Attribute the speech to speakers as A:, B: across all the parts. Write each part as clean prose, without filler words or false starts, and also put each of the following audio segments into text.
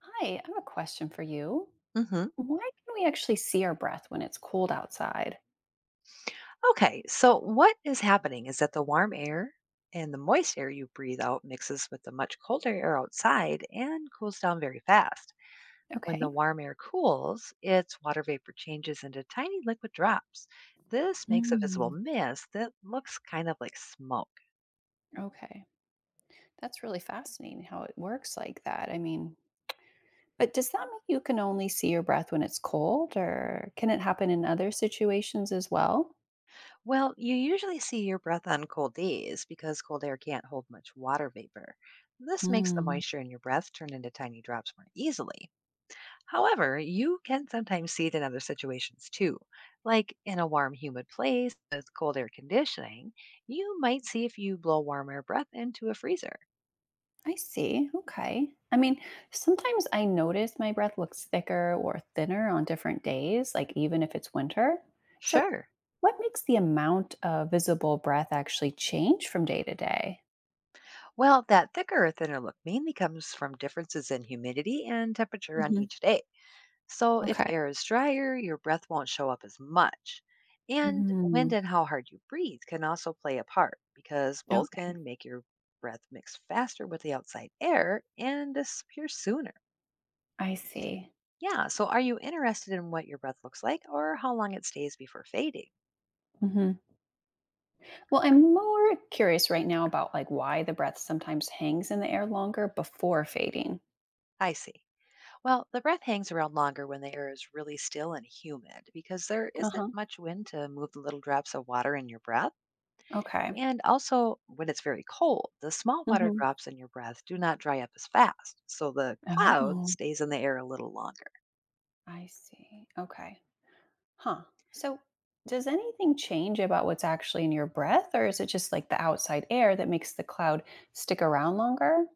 A: Hi, I have a question for you.
B: hmm
A: Why can we actually see our breath when it's cold outside?
B: Okay, so what is happening is that the warm air and the moist air you breathe out mixes with the much colder air outside and cools down very fast. When the
A: Okay.
B: warm air cools, its water vapor changes into tiny liquid drops. This makes a visible
A: Mm.
B: mist that looks kind of like smoke.
A: Okay. That's really fascinating how it works like that. But does that mean you can only see your breath when it's cold, or can it happen in other situations as well?
B: Well, you usually see your breath on cold days because cold air can't hold much water vapor. This makes the moisture in your breath turn into tiny drops more easily. However, you can sometimes see it in other situations too. Like in a warm, humid place with cold air conditioning, you might see if you blow warm air breath into a freezer.
A: I see. Okay. Sometimes I notice my breath looks thicker or thinner on different days, like even if it's winter. So,
B: Sure.
A: what makes the amount of visible breath actually change from day to day?
B: Well, that thicker or thinner look mainly comes from differences in humidity and temperature on
A: Hmm.
B: each day. So if the
A: Okay.
B: air is drier, your breath won't show up as much. And wind
A: Hmm.
B: and how hard you breathe can also play a part because both
A: Okay.
B: can make your breath mix faster with the outside air and disappear sooner.
A: I see.
B: Yeah, so are you interested in what your breath looks like or how long it stays before fading?
A: Hmm. Well, I'm more curious right now about why the breath sometimes hangs in the air longer before fading.
B: I see. Well, the breath hangs around longer when the air is really still and humid because there
A: Uh
B: isn't
A: huh.
B: much wind to move the little drops of water in your breath.
A: Okay.
B: And also, when it's very cold, the small water
A: Hmm.
B: drops in your breath do not dry up as fast, so the cloud
A: Oh,
B: stays in the air a little longer.
A: I see. Okay. Huh. So, does anything change about what's actually in your breath, or is it just the outside air that makes the cloud stick around longer?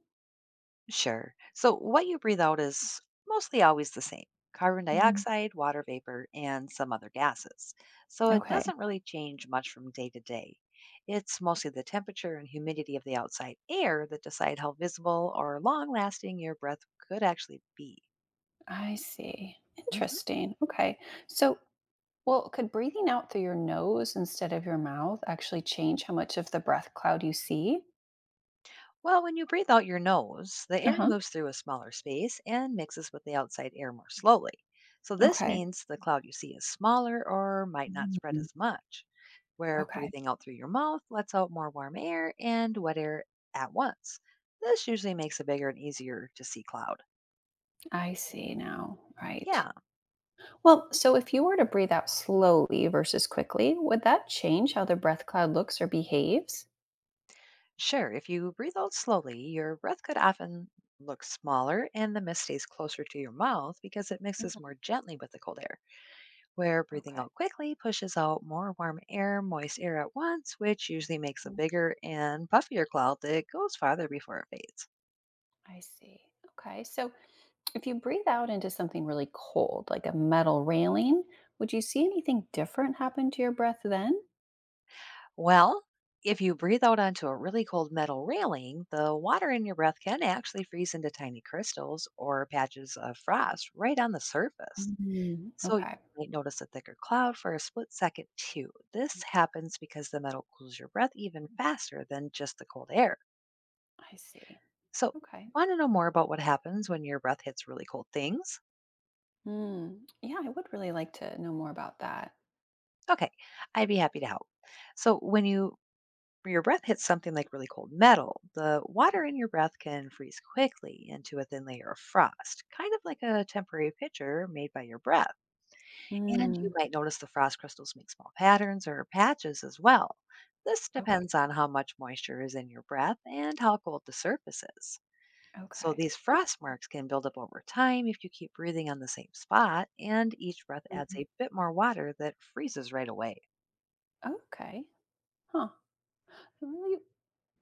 B: Sure. So, what you breathe out is mostly always the same carbon
A: Mhm.
B: dioxide, water vapor, and some other gases. So, it
A: Okay,
B: doesn't really change much from day to day. It's mostly the temperature and humidity of the outside air that decide how visible or long lasting your breath could actually be.
A: I see.
B: Mm-hmm.
A: Interesting. Okay. So, well, could breathing out through your nose instead of your mouth actually change how much of the breath cloud you see?
B: Well, when you breathe out your nose, the
A: Uh
B: air
A: huh.
B: moves through a smaller space and mixes with the outside air more slowly. So, this
A: Okay.
B: means the cloud you see is smaller or might not spread
A: Mm.
B: as much, where
A: Okay.
B: breathing out through your mouth lets out more warm air and wet air at once. This usually makes a bigger and easier to see cloud.
A: I see now. Right.
B: Yeah,
A: Well, so if you were to breathe out slowly versus quickly, would that change how the breath cloud looks or behaves?
B: sure. If you breathe out slowly, your breath could often look smaller and the mist stays closer to your mouth because it mixes more gently with the cold air. Where breathing
A: Okay.
B: out quickly pushes out more warm air, moist air at once, which usually makes a
A: Mm,
B: bigger and puffier cloud that goes farther before it fades.
A: I see. Okay. So if you breathe out into something really cold, like a metal railing, would you see anything different happen to your breath then?
B: Well, if you breathe out onto a really cold metal railing, the water in your breath can actually freeze into tiny crystals or patches of frost right on the surface.
A: Mhm.
B: So you
A: Okay.
B: might notice a thicker cloud for a split second, too. This happens because the metal cools your breath even faster than just the cold air.
A: I see.
B: So,
A: Okay.
B: want to know more about what happens when your breath hits really cold things?
A: Mm. Yeah, I would really like to know more about that.
B: Okay, I'd be happy to help. So, when your breath hits something like really cold metal, the water in your breath can freeze quickly into a thin layer of frost, kind of like a temporary picture made by your breath. And you
A: Mm.
B: might notice the frost crystals make small patterns or patches as well. This
A: Okay.
B: depends on how much moisture is in your breath and how cold the surface is. So
A: Okay.
B: these frost marks can build up over time if you keep breathing on the same spot, and each breath adds
A: Mhm.
B: a bit more water that freezes right away.
A: Okay. Huh. Really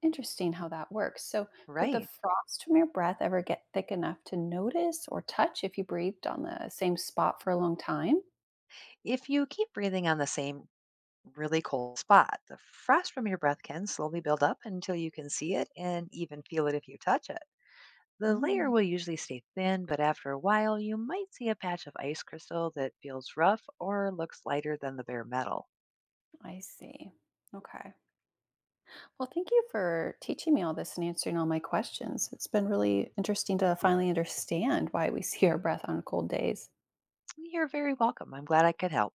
A: interesting how that works. So could the
B: Right.
A: frost from your breath ever get thick enough to notice or touch if you breathed on the same spot for a long time?
B: If you keep breathing on the same really cold spot, the frost from your breath can slowly build up until you can see it and even feel it if you touch it. The layer
A: Mm,
B: will usually stay thin, but after a while, you might see a patch of ice crystal that feels rough or looks lighter than the bare metal.
A: I see. Okay. Well, thank you for teaching me all this and answering all my questions. It's been really interesting to finally understand why we see our breath on cold days.
B: You're very welcome. I'm glad I could help.